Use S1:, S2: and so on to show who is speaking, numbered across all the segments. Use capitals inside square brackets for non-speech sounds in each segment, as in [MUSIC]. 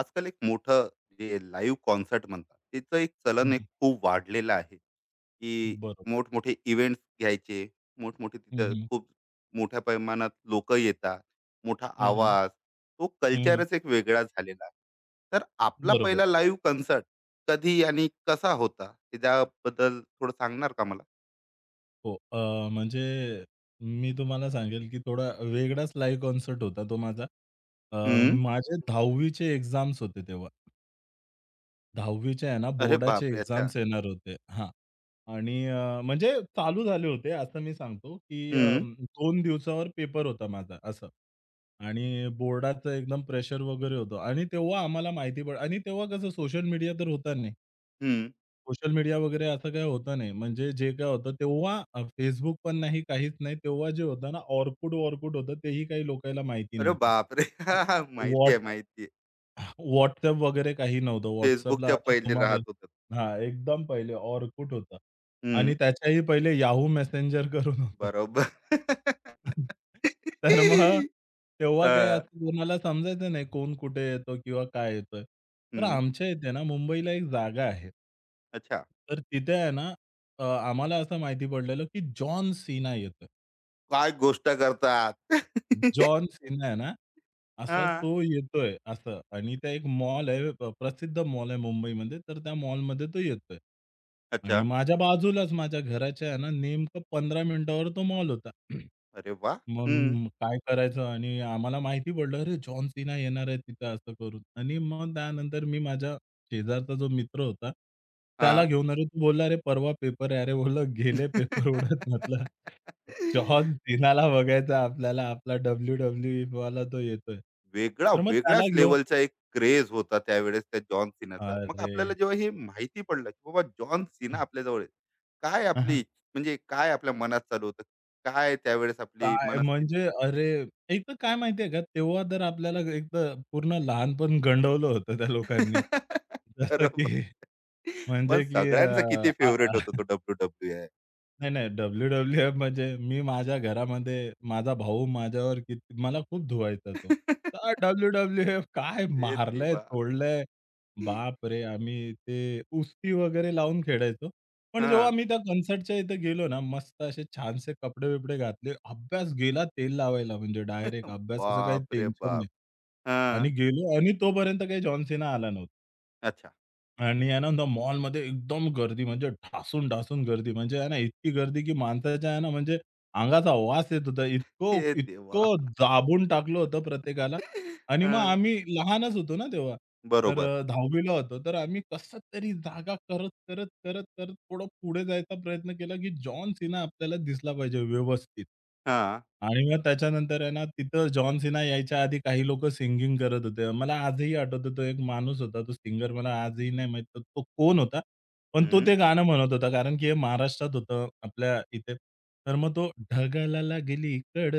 S1: आजकाल एक मोठं जे लाईव्ह कॉन्सर्ट म्हणतात त्याचं एक
S2: हं,
S1: चलन, एक
S2: हं.
S1: खूप वाढलेलं आहे की
S2: बरोबर.
S1: मोठमोठे इव्हेंट्स घ्यायचे, मोठमोठे
S2: हं,
S1: तिथं
S2: हं.
S1: खूप मोठ्या प्रमाणात लोक येतात, मोठा
S2: हं, हं.
S1: आवाज, तो
S2: हं.
S1: कल्चरच एक वेगळा झालेला आहे. तर आपला
S2: बरोबर.
S1: पहिला लाईव्ह कॉन्सर्ट कधी आणि कसा होता, ते त्याबद्दल थोडं सांगणार का मला?
S2: हो. म्हणजे मी तुम्हाला सांगेल, की थोडा वेगळाच लाईव्ह कॉन्सर्ट होता तो माझा. अ,
S1: हम्म.
S2: माझे 10वी एक्झाम्स होते तेव्हा. 10वी आहे ना,
S1: अरे
S2: बोर्डाचे
S1: बापरे, अच्छा.
S2: एक्झाम्स येणार होते. हां. आणि म्हणजे चालू झाले होते असं मी सांगतो, की
S1: हम्म.
S2: 2 दिवसावर पेपर होता माझा असं. आणि बोर्डाचं एकदम प्रेशर वगैरे होतं आणि तेव्हा आम्हाला माहिती पडलं आणि तेव्हा कसं सोशल मीडिया तर होता नाही.
S1: हम्म.
S2: सोशल मीडिया वगैरे असं काही होतं नाही. म्हणजे जे काय होतं तेव्हा Facebook पण नाही, काहीच नाही. तेव्हा जे होतं ना Orkut-वॉरकूट होतं तेही काही लोकांना माहिती
S1: अरे
S2: नव्हतं.
S1: बापरे, [LAUGHS] हा, हा, माहिती आहे,
S2: What
S1: माहिती आहे.
S2: WhatsApp वगैरे काही नव्हतं. WhatsAppला
S1: फेसबुकच्या
S2: आता
S1: पहिले
S2: सुमारे
S1: राहत होत.
S2: हां, एकदम पहिले Orkut होतं आणि त्याच्याही पहिले Yahoo Messenger करून होतं.
S1: बरोबर.
S2: तर मग तेव्हा
S1: अ,
S2: काही असं कोणाला समजायचं नाही कोण कुठे येतो किंवा काय येतोय. तर
S1: हं.
S2: आमच्या इथे ना मुंबईला एक जागा आहे.
S1: अच्छा.
S2: तर तिथे आहे ना, आम्हाला असं माहिती पडलेलं की जॉन सीना येतोय.
S1: काय गोष्ट करतात?
S2: जॉन सीना आहे ना, असा
S1: हां.
S2: तो येतोय असं आणि त्या एक मॉल आहे, प्रसिद्ध मॉल आहे मुंबईमध्ये, तर त्या मॉलमध्ये तो येतोय. आणि
S1: अच्छा.
S2: माझ्या बाजूलाच माझ्या घराच्या आहे ना, नेमकं 15 मिनिटावर तो मॉल होता. [CLEARS THROAT]
S1: अरे वाह!
S2: मग
S1: हं.
S2: काय करायचं आणि आम्हाला माहिती पडलं, "अरे, जॉन सीना येणार आहे तिथं," असं करून. आणि मग त्यानंतर मी माझ्या शेजारचा जो मित्र होता, त्याला
S1: हां.
S2: घेऊन अरे, तो बोलला, "अरे, परवा पेपर आहे." अरे, बोललं, "गेले पेपर उडत." म्हटलं जॉन सीनाला बघायचा आपल्याला, आपला WWE वाला तो येतोय.
S1: वेगळा,
S2: तर मग त्याला
S1: वेगळ्याच
S2: घेऊन
S1: लेव्हलचा एक क्रेज होता त्यावेळेस त्या जॉन सीनाचा. मग आपल्याला
S2: अरे!
S1: जेव्हा हे माहिती पडलं, की बाबा जॉन सीना आपल्याजवळ आहे. काय
S2: हां, हां.
S1: आपली, म्हणजे काय आपल्या मनात चालू होतं? काय त्यावेळेस आपली
S2: काय
S1: मनस्थिती?
S2: म्हणजे अरे, एक तर काय माहिती आहे का, तेव्हा तर आपल्याला एक तर पूर्ण लहानपण गंडवलं होतं त्या लोकांनी.
S1: [LAUGHS]
S2: जसं की
S1: बरोबर. पण
S2: म्हणजे की
S1: सगळ्यांचा
S2: अ,
S1: किती
S2: आ
S1: फेवरेट होता तो डब्ल्यू डब्ल्यू आय.
S2: नाही, नाही. डब्ल्यू-डब्ल्यू-एफ म्हणजे मी माझ्या घरामध्ये माझा भाऊ माझ्यावर किती मला खूप धुवायचा तो.
S1: [LAUGHS]
S2: तर डब्ल्यू-डब्ल्यू-एफ काय
S1: हे
S2: मारलंय,
S1: देवा.
S2: तोडलंय. बापरे! आम्ही ते उस्ती वगैरे लावून खेळायचो. पण जेव्हा
S1: हा,
S2: मी त्या कन्सर्टच्या इथं गेलो ना, मस्त असे छानसे कपडे-बिपडे घातले. अभ्यास गेला तेल लावायला, म्हणजे डायरेक्ट अभ्यासाचं काही
S1: बाप रे
S2: टेन्शन नाही
S1: बाप. हा.
S2: आणि गेलो आणि तोपर्यंत काही जॉन आला नव्हता.
S1: अच्छा.
S2: आणि आहे ना त्या मॉलमध्ये एकदम गर्दी, म्हणजे ढासून-ढासून गर्दी. म्हणजे आहे ना इतकी गर्दी की माणसाच्या आहे ना म्हणजे अंगाचा वास येत होता. इतकं
S1: हे देवा.
S2: इतकं दाबून टाकलं होतं प्रत्येकाला. आणि मग
S1: हा,
S2: आम्ही लहानच होतो ना तेव्हा. तर
S1: बरोबर.
S2: 10वीला होतो. तर आम्ही कसं तरी जागा करत थोडं पुढे जायचा प्रयत्न केला की जॉन सीना आपल्याला दिसला पाहिजे व्यवस्थित.
S1: हा.
S2: आणि मग त्याच्यानंतर आहे ना, तिथं जॉन सीना यायच्या आधी काही लोकं सिंगिंग करत होते. मला आजही आठवतं तो एक माणूस होता, तो सिंगर मला आजही नाही माहीत तो तो कोण होता. पण तो
S1: हम्म.
S2: ते गाणं म्हणत होता कारण की हे महाराष्ट्रात होतं आपल्या इथे. तर मग तो, ढगाला लागली कड,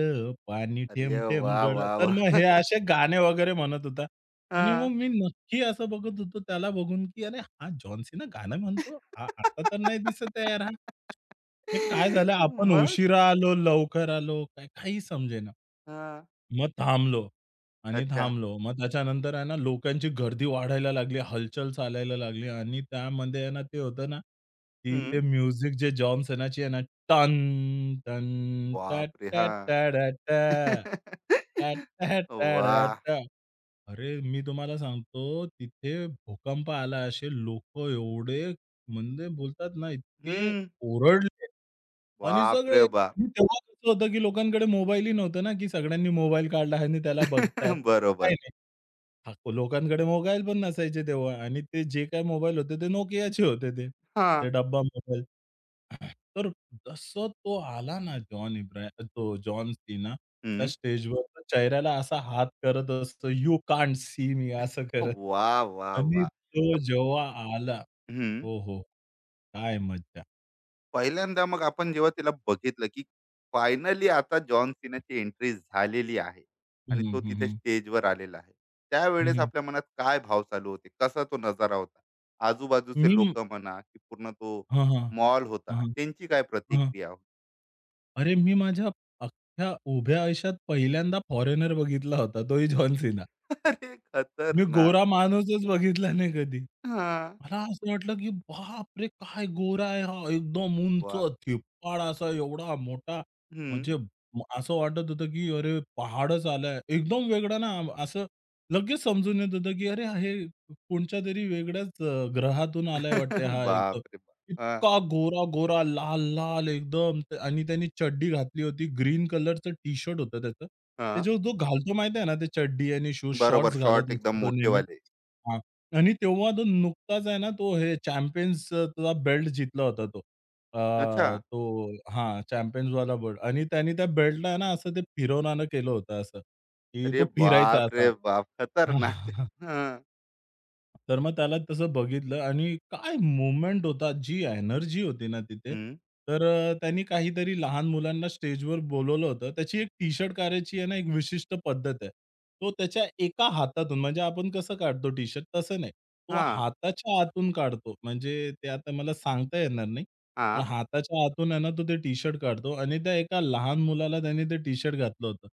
S2: पाणी
S1: अरे
S2: थेंब-थेंब
S1: वा
S2: गड.
S1: वा
S2: तर मग
S1: वा.
S2: हे असे गाणे वगैरे म्हणत होता. आणि
S1: हा.
S2: मग मी नक्की असं बघत होतो त्याला बघून, की अरे हा जॉन सीना गाणं म्हणतो? आता तर नाही दिसत आहे यार हा. हे काय झालं, आपण
S1: मग.
S2: उशिरा आलो, लवकर आलो, काय काही समजेना.
S1: हा.
S2: मग थांबलो आणि
S1: अच्छा.
S2: थांबलो. मग त्याच्यानंतर आहे ना, लोकांची गर्दी वाढायला लागली, हलचल चालायला लागली आणि त्यामध्ये आहे ना, ते होतं ना, की ते
S1: हम्म.
S2: म्युझिक जे जॉन सेनाची आहे ना, टन टन टा
S1: बाप रे,
S2: टा
S1: हा.
S2: टा डा टा, टा टा
S1: [LAUGHS]
S2: टा
S1: वा.
S2: डा टा. अरे, मी तुम्हाला सांगतो तिथे भूकंप आला. असे लोकं एवढे, म्हणजे बोलतात ना, इतके
S1: हम्म.
S2: ओरडले. आणि
S1: बाप
S2: सगळे,
S1: रे बाप.
S2: आणि तेव्हा कसं होतं, की लोकांकडे मोबाईलही नव्हतं ना, की सगळ्यांनी मोबाईल काढला आणि त्याला बघतायत.
S1: [LAUGHS]
S2: असं
S1: बरोबर.
S2: काही नाही. हां. लोकांकडे मोबाईल पण नसायचे तेव्हा आणि ते जे काही मोबाईल होते ते Nokiaचे होते ते.
S1: हा.
S2: ते डब्बा मोबाईल. तर जसं तो आला ना, जॉन इब्रा तो जॉन सीना त्या
S1: हम्म.
S2: स्टेजवर त्या चेहऱ्याला असा हात करत असतो, "यू कांट सी मी" असं करत.
S1: वा. वा
S2: आणि
S1: वा.
S2: तो
S1: तर-
S2: जेव्हा आला,
S1: हम्म.
S2: हो, हो, काय मज्जा.
S1: पहिल्यांदा मग आपण जेव्हा तिला बघितलं, की फायनली आता जॉन सीनाची एंट्री झालेली आहे आणि
S2: हं,
S1: तो
S2: हं,
S1: तिथे
S2: हं.
S1: स्टेजवर आलेला आहे. त्यावेळेस
S2: हं.
S1: आपल्या मनात काय भाव चालू होते? कसा तो नजारा होता? आजूबाजूचे
S2: मी
S1: लोकं म्हणा, की पूर्ण तो
S2: हां, हां.
S1: मॉल
S2: हां,
S1: होता,
S2: हां.
S1: त्यांची काय प्रतिक्रिया होती?
S2: अरे, मी माझ्या अख्ख्या उभ्या आयुष्यात पहिल्यांदा फॉरेनर बघितला होता, तोही जॉन सीना.
S1: [LAUGHS] अरे
S2: मी
S1: खतरनाक!
S2: गोरा माणूसच बघितला नाही कधी.
S1: हां,
S2: मला असं वाटलं, की बापरे! काय गोरा आहे हा. एकदम उंच,
S1: वाह!
S2: धिप्पाड असा एवढा मोठा.
S1: हं.
S2: म्हणजे असं वाटत होतं, की अरे पहाडच आलाय. एकदम वेगळा ना, असं लगेच समजून येत होतं, की अरे हे कोणच्यातरी वेगळ्याच ग्रहातून आलाय वाटते हा एकदम.
S1: बापरे [LAUGHS] बाप! हां,
S2: इतका गोरा-गोरा, लाल-लाल एकदम ते- आणि त्याने चड्डी घातली होती. ग्रीन कलरचं टी-शर्ट होतं त्याचं.
S1: हां.
S2: त्याच्यावर जो घालतो माहिती आहे ना, ते चड्डी आणि शूज,
S1: बरोबर,
S2: शॉर्ट्स घालत
S1: शॉर्ट
S2: असतो
S1: एकदम
S2: तो नेहमी.
S1: मोठेवाले.
S2: आणि तेव्हा तो नुकताच आहे ना, तो हे चॅम्पियन्सचा बेल्ट जिंकला होता तो. अ,
S1: अच्छा.
S2: तो हां, चॅम्पियन्सवाला बेल्ट आणि त्याने त्या बेल्टला आहे ना, असं ते फिरवण्यानं केलं होतं असं, की
S1: अरे
S2: तो फिरायचा
S1: बाप
S2: असा.
S1: रे बाप! खतरनाक! हं,
S2: तर मग त्याला तसं बघितलं आणि काय मूव्हमेंट होता, जी एनर्जी होती ना तिथे.
S1: हं.
S2: तर त्यांनी काहीतरी लहान मुलांना स्टेजवर बोलावलं होतं. त्याची एक टी-शर्ट काढायची आहे ना, एक विशिष्ट पद्धत आहे. तो त्याच्या एका हातातून, म्हणजे आपण कसं काढतो टी-शर्ट तसं नाही. तो
S1: हां.
S2: हाताच्या आतून काढतो. म्हणजे ते आता मला सांगता येणार नाही. पण
S1: हां.
S2: हाताच्या आतून आहे ना, तो ते टी-शर्ट काढतो आणि त्या एका लहान मुलाला त्याने ते टी-शर्ट घातलं होतं.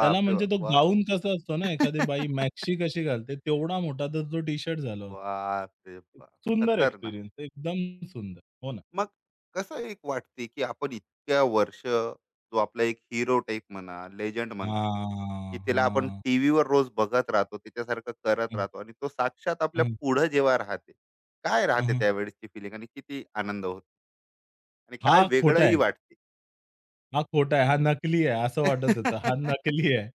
S2: त्याला, म्हणजे
S1: बाप!
S2: तो
S1: वाह!
S2: गाऊन कसा असतो ना, एखादी बाई
S1: बापरे [LAUGHS]
S2: मॅक्सी कशी घालते, तेवढा मोठा तर तो टी-शर्ट झाला होता.
S1: बाप!
S2: सुंदर
S1: खतरनाक.
S2: एक्सपिरियन्स, एकदम सुंदर. हो ना.
S1: मग कसं एक वाटते, की आपण इतक्या वर्ष जो आपला एक हीरो टाइप म्हणा, लेजेंड म्हणा,
S2: हां,
S1: की त्याला आपण
S2: हां.
S1: टीव्ही वर रोज बघत राहतो, त्याच्यासारखं करत
S2: हं,
S1: राहतो आणि तो साक्षात आपल्या
S2: हं,
S1: पुढं जेव्हा राहते, काय
S2: हं,
S1: राहते
S2: हं.
S1: त्यावेळेसची फीलिंग आणि किती आनंद होतो? आणि
S2: हा
S1: काय
S2: खोटा
S1: वेगळंही
S2: आहे.
S1: वाटते.
S2: हा खोटा आहे, हा नकली आहे, असं वाटत होतं. हा
S1: [LAUGHS]
S2: नकली आहे.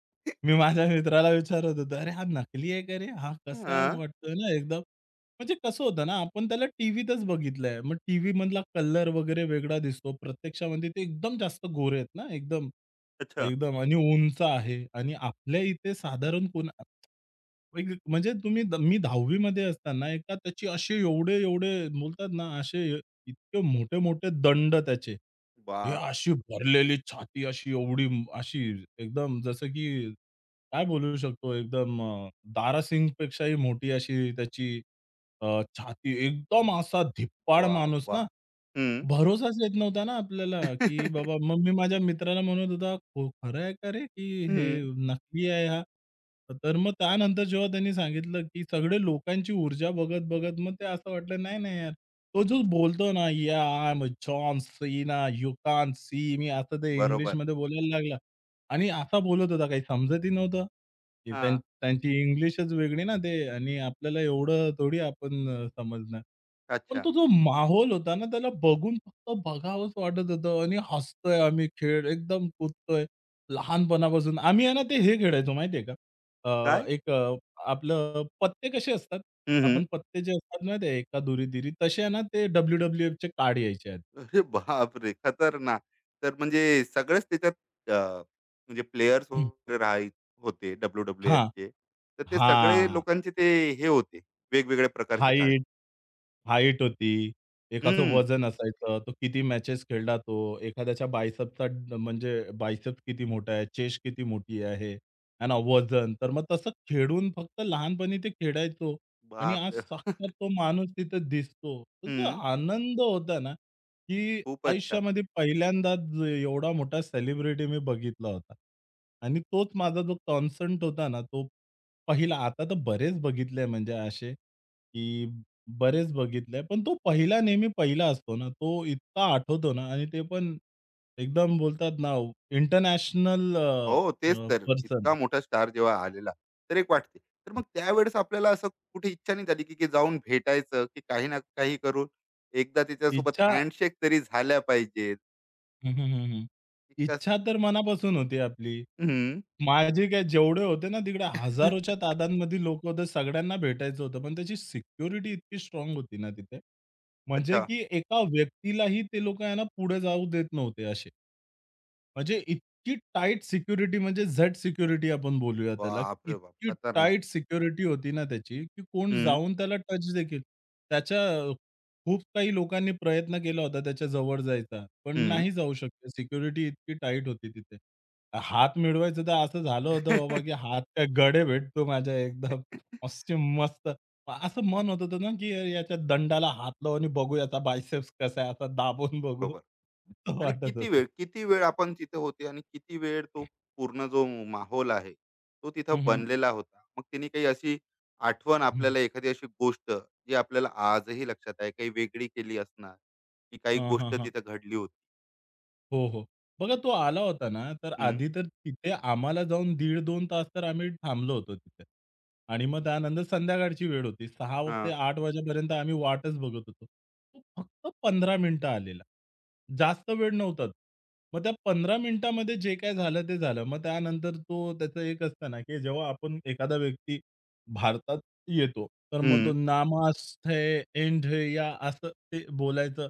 S2: मी माझ्या मित्राला विचारत होतो, "अरे, हा नकली आहे का रे? हा कसा
S1: हां.
S2: वाटतोय ना एकदम." म्हणजे कसं होतं ना, आपण त्याला टीव्हीतच बघितलंय. मग टीव्हीमधला कलर वगैरे वेगळा दिसतो. प्रत्यक्षामध्ये ते एकदम जास्त गोरे आहेत ना, एकदम,
S1: अच्छा.
S2: एकदम आणि उंच आहे आणि आपल्या इथे साधारण कोण एक, म्हणजे तुम्ही मी 10वी मध्ये असताना एका त्याची असे एवढे-एवढे बोलतात ना, असे इतके मोठे-मोठे दंड त्याचे. हे
S1: बाप,
S2: अशी भरलेली छाती अशी एवढी अशी एकदम जसं की काय बोलू शकतो एकदम, दारासिंगपेक्षाही मोठी अशी त्याची छाती, एकदम असा धिप्पाड
S1: बाप!
S2: माणूस ना,
S1: वाह! हं.
S2: भरोसाच येत नव्हता ना आपल्याला,
S1: हं.
S2: की बाबा.
S1: [LAUGHS]
S2: मग मी माझ्या मित्राला म्हणत होता, "हो खरं आहे का रे, की हे नकली आहे हा?" तर मग त्यानंतर जेव्हा त्यांनी सांगितलं, की सगळे लोकांची ऊर्जा बघत-बघत मग ते असं वाटलं, "नाही, नाही यार." तो जो बोलतो ना, "yeah I am John Cena, you can't see me" असं ते
S1: बरोबर.
S2: इंग्लिशमध्ये बोलायला लागला. आणि असा बोलत होता काही समजतही नव्हतं. की
S1: हां.
S2: त्यांची इंग्लिशच वेगळी ना ते आणि आपल्याला एवढं थोडी आपण समजणार. पण
S1: अच्छा.
S2: तो जो माहोल होता ना त्याला बघून फक्त बघावंच वाटत होतं आणि हसतोय आम्ही खेळ एकदम कुदतोय. लहानपणापासून आम्ही आहे ना ते हे खेळायचो माहिती का? अ,
S1: काय?
S2: एक अ, आपलं पत्ते कसे असतात?
S1: हं,
S2: आपण
S1: हं.
S2: पत्ते जे असतात ना ते एका दुरी-दुरी तसे आहे ना ते WWFचे कार्ड यायचे आहेत.
S1: अरे बापरे! खतरनाक. तर म्हणजे सगळेच त्याच्यात, अ, म्हणजे प्लेयर्स
S2: [CLEARS THROAT]
S1: वगैरे राहाय होते डब्ल्यू डब्ल्यू एफ
S2: हां.
S1: चे, तर ते सगळे
S2: हां.
S1: लोकांचे ते हे होते, वेगवेगळ्या प्रकारचे कार्ड.
S2: हाय हाईट होती, एकाचं
S1: हं.
S2: वजन असायचं, तो किती मॅचेस खेळला तो, एखाद्याच्या बायसेपचा ड म्हणजे बायसेप किती मोठा आहे, चेस्ट किती मोठी आहे, है ना, वजन. तर मग तसं खेळून फक्त लहानपणी ते खेळायचो आणि आज
S1: बापरे!
S2: साक्षात तो माणूस तिथं दिसतो. तर तो
S1: हं.
S2: आनंद होता ना, की
S1: खूपच छान.
S2: आयुष्यामध्ये पहिल्यांदाच एवढा मोठा सेलिब्रिटी मी बघितला होता. आणि तोच माझा जो कॉन्स्टंट होता ना, तो पहिला. आता तर बरेच बघितले, म्हणजे असे, की बरेच बघितलंय. पण तो पहिला, नेहमी पहिला असतो ना, तो इतका आठवतो ना आणि ते पण एकदम बोलतात ना, इंटरनॅशनल
S1: हो, तेच तर.
S2: पर्सन.
S1: इतका मोठा स्टार जेव्हा आलेला, तर एक वाटते. तर मग त्यावेळेस आपल्याला असं कुठे इच्छा नाही झाली, की की जाऊन भेटायचं, की काही ना काही करून एकदा त्याच्यासोबत
S2: इच्छा
S1: हँडशेक तरी झाल्या पाहिजे.
S2: हं, हं, हं, हं.
S1: कस.
S2: इच्छा तर मनापासून होती आपली.
S1: हं.
S2: माझे काय जेवढे होते ना तिकडे हजारोच्या
S1: [LAUGHS]
S2: तादांमध्ये लोकं होते. सगळ्यांना भेटायचं होतं. पण त्याची सिक्युरिटी इतकी स्ट्राँग होती ना तिथे. म्हणजे
S1: अच्छा.
S2: की एका व्यक्तीलाही ते लोकं आहे ना पुढे जाऊ देत नव्हते असे. म्हणजे इतकी टाईट सिक्युरिटी, म्हणजे झट सिक्युरिटी आपण बोलूया त्याला.
S1: बापरे बाप!
S2: इतकी
S1: खतरनाक.
S2: टाईट सिक्युरिटी होती ना त्याची, की कोण
S1: हं,
S2: जाऊन त्याला टच देखील, त्याच्या खूप काही लोकांनी प्रयत्न केला होता त्याच्या जवळ जायचा, पण
S1: हं.
S2: नाही जाऊ शकले. सिक्युरिटी इतकी टाईट होती तिथे. हात मिळवायचं तर असं झालं होतं बाबा, की
S1: [LAUGHS]
S2: हात काय गडे भेटतो माझ्या एकदम असे मस्त. असं मन होत होतं ना, की याच्या दंडाला हात लावू बघू, याचा बायसेप्स कसा आहे, असा दाबून बघू.
S1: बरोबर.
S2: असं
S1: आणि
S2: वाटत
S1: किती
S2: होतं.
S1: वेळ, किती वेळ आपण तिथे होते आणि किती वेळ तो पूर्ण जो माहोल आहे, तो तिथं
S2: हं, हं.
S1: बनलेला होता. मग तिने काही अशी आठवण, आपल्याला एखादी अशी गोष्ट, जी आपल्याला आजही लक्षात आहे, काही वेगळी केली असणार, की काही
S2: हां, हां,
S1: गोष्ट
S2: हां.
S1: तिथं घडली होती?
S2: हो, हो. बघा तो आला होता ना, तर
S1: हं.
S2: आधी तर तिथे आम्हाला जाऊन 1.5-2 तास तर आम्ही थांबलो होतो तिथे. आणि मग त्यानंतर संध्याकाळची वेळ होती. 6 ते
S1: हां.
S2: 8 वाजेपर्यंत आम्ही वाटच बघत होतो. तो फक्त 15 मिनिटं आलेला. जास्त वेळ नव्हताच. मग त्या 15 मिनिटामध्ये जे काय झालं ते झालं. मग त्यानंतर तो त्याचं एक असतं ना, की जेव्हा आपण एखादा व्यक्ती भारतात येतो. तर मग तो,
S1: हं.
S2: नामास्थे, एंड या, असं ते बोलायचं.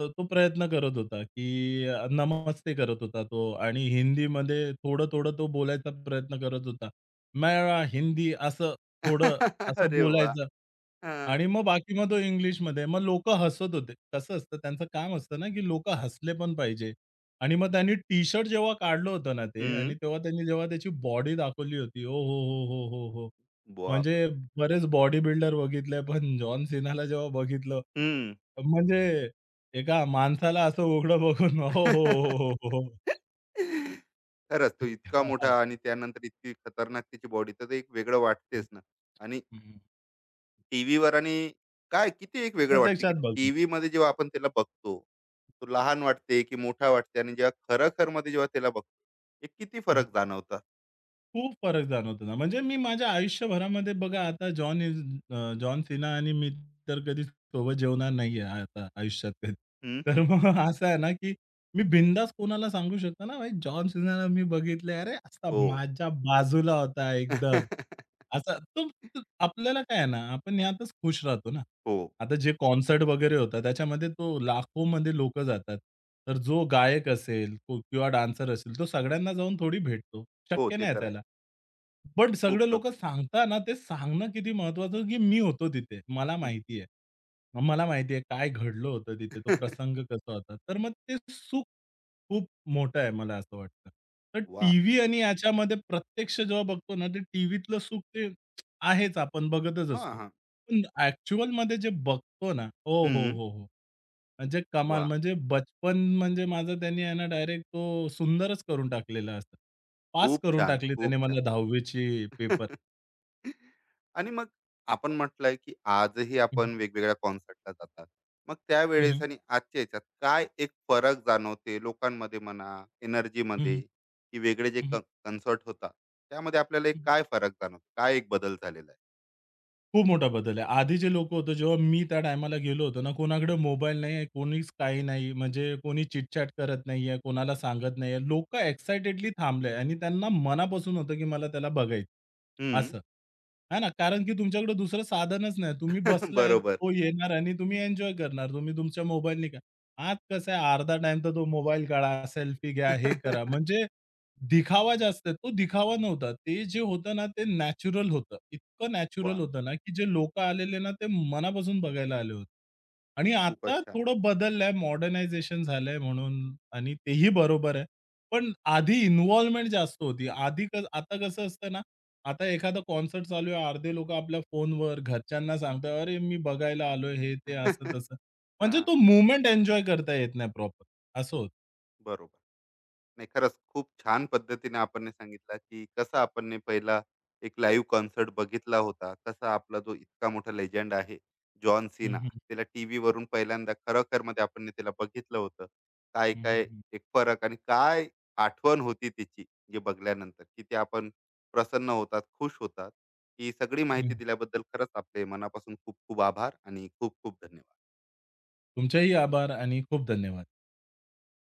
S2: तर तो प्रयत्न करत होता, की नमस्ते करत होता तो आणि हिंदीमध्ये थोडं-थोडं तो बोलायचा प्रयत्न करत होता. मेरा हिंदी असं थोडं
S1: [LAUGHS]
S2: असं
S1: अरे वाह!
S2: बोलायचं
S1: हां.
S2: आणि मग बाकी मग तो इंग्लिशमध्ये. मग लोकं हसत होते. कसं असतं त्यांचं काम असतं ना, की लोकं हसले पण पाहिजे. आणि मग त्यांनी टी-शर्ट जेव्हा काढलं होतं ना ते आणि
S1: हं.
S2: तेव्हा त्यांनी जेव्हा त्याची बॉडी दाखवली होती. ओ हो, हो, हो, हो, हो!
S1: बापरे!
S2: म्हणजे बरेच बॉडी बिल्डर बघितले, पण जॉन सीनाला जेव्हा बघितलं, म्हणजे एका माणसाला असं उघडं बघून, "ओ हो, हो,
S1: [LAUGHS]
S2: हो, हो, हो,
S1: खरंच तो
S2: क्या
S1: इतका मोठा
S2: बात!"
S1: आणि त्यानंतर इतकी खतरनाक त्याची बॉडी, तर ते एक वेगळं
S2: हं,
S1: वाटतेच ना. आणि
S2: हं.
S1: टीव्हीवर, आणि काय किती एक वेगळं वाटते की
S2: प्रत्यक्षात बघून.
S1: टीव्ही मध्ये जेव्हा आपण त्याला बघतो, तो लहान वाटते की मोठा वाटते, आणि जेव्हा खरं खर मध्ये जेव्हा त्याला बघतो, एक किती फरक जाणवतात.
S2: खूप फरक जाणवतो ना, म्हणजे मी माझ्या आयुष्यभरामध्ये बघा आता जॉन सिना आणि मी तर कधीच सोबत जेवणार नाहीये आता आयुष्यात कधी.
S1: हम्म,
S2: तर
S1: हम्म.
S2: मग [LAUGHS] असं आहे ना, की मी बिनधास्त कोणाला सांगू शकतो ना, भाई जॉन सिनाला मी बघितलंय, अरे असा
S1: हो.
S2: माझ्या बाजूला होता एकदम.
S1: [LAUGHS]
S2: असा तो तो आपल्याला काय आहे ना, आपण यातच खुश राहतो ना.
S1: हो.
S2: आता जे कॉन्सर्ट वगैरे होतात, त्याच्यामध्ये तो लाखोमध्ये लोकं जातात. तर जो गायक असेल किंवा डान्सर असेल, तो सगळ्यांना जाऊन थोडी भेटतो.
S1: हो,
S2: शक्य
S1: ते
S2: नाही
S1: तर आहे.
S2: त्याला. पण
S1: खूप
S2: सगळे लोकं
S1: कमी.
S2: सांगतात ना, ते सांगणं किती महत्त्वाचं, की मी होतो तिथे. मला
S1: [LAUGHS] हम्म.
S2: माहिती आहे. मला माहिती आहे काय घडलं होतं तिथे, तो प्रसंग कसा होता. तर मग ते सुख खूप मोठं आहे, मला असं वाटतं. तर
S1: वा.
S2: टीव्ही आणि याच्यामध्ये प्रत्यक्ष जेव्हा बघतो ना, ते टीव्हीतलं सुख ते आहेच, आपण बघतच
S1: हा
S2: असतो.
S1: हा.
S2: पण ॲक्चुअलमध्ये जे बघतो ना, हो, हो,
S1: हम्म,
S2: हो, हो. म्हणजे कमाल,
S1: वा.
S2: म्हणजे बचपन म्हणजे माझं त्यांनी आहे ना डायरेक्ट तो सुंदरच करून टाकलेला असतं. पास
S1: खूप
S2: करून
S1: छान,
S2: टाकली त्याने
S1: खूप
S2: मला
S1: छान.
S2: 10वीची पेपर.
S1: [LAUGHS] आणि मग आपण म्हटलंय की आजही
S2: हं,
S1: आपण वेगवेगळ्या कॉन्सर्टला जातात. मग
S2: हं,
S1: त्यावेळेस आणि आजच्या ह्याच्यात काय एक फरक जाणवते लोकांमध्ये म्हणा,
S2: हं,
S1: एनर्जीमध्ये,
S2: हं,
S1: की वेगळे जे क
S2: हं.
S1: होता, त्यामध्ये आपल्याला एक काय फरक जाणवतो? काय एक बदल झालेला आहे?
S2: खूप मोठा बदल आहे. आधी जे लोकं होतो, जेव्हा मी त्या टायमाला गेलो होतो ना, कोणाकडे
S1: हं,
S2: मोबाईल नाही आहे, कोणीच काही नाही, म्हणजे कोणी चिट करत नाही आहे, कोणाला सांगत नाही, लोकं एक्साइटेडली थांबले आणि त्यांना मनापासून होतं, की मला त्याला बघायचं.
S1: हं.
S2: असं. आहे ना, कारण की तुमच्याकडे दुसरं साधनच नाही. तुम्ही
S1: [LAUGHS]
S2: बसलाय,
S1: बरोबर.
S2: तो येणार आणि तुम्ही एन्जॉय करणार. तुम्ही तुमच्या मोबाईलने काय. आज कसं आहे, अर्धा टाईम तर तो मोबाईल काढा, सेल्फी घ्या, हे करा.
S1: [LAUGHS]
S2: म्हणजे दिखावा जास्त आहे. तो दिखावा नव्हता. ते जे होतं ना, ते नॅचरल होतं. इतकं नॅचरल
S1: वाह!
S2: होतं ना, की जे लोकं आलेले ना, ते मनापासून बघायला आले होते. आणि आता
S1: खूपच छान.
S2: थोडं बदललंय, मॉडर्नायझेशन झालंय म्हणून आणि तेही बरोबर आहे. पण आधी इन्व्हॉल्वमेंट जास्त होती. आधी क आता कसं असतं ना, आता एखादा कॉन्सर्ट चालू आहे, अर्धे लोकं आपल्या फोनवर घरच्यांना सांगतात, "अरे, मी बघायला आलोय," हे, ते,
S1: [LAUGHS]
S2: असं-तसं. म्हणजे
S1: हां,
S2: तो मोमेंट एन्जॉय करता येत नाही प्रॉपर. असं होतं.
S1: बरोबर. नाही, खरंच खूप छान पद्धतीने आपण सांगितलं की कसं आपण पहिला एक लाईव्ह कॉन्सर्ट बघितला होता, कसा आपला जो इतका मोठा लेजंड आहे जॉन सिना, त्याला टीव्ही वरून पहिल्यांदा खरोखर मध्ये आपण त्याला बघितलं होतं, काय काय एक फरक आणि काय आठवण होती त्याची, जे बघल्यानंतर किती आपण प्रसन्न होतात, खुश होतात. ही सगळी माहिती दिल्याबद्दल खरंच आपले मनापासून खूप खूप आभार आणि खूप खूप धन्यवाद.
S2: तुमचेही आभार आणि खूप धन्यवाद.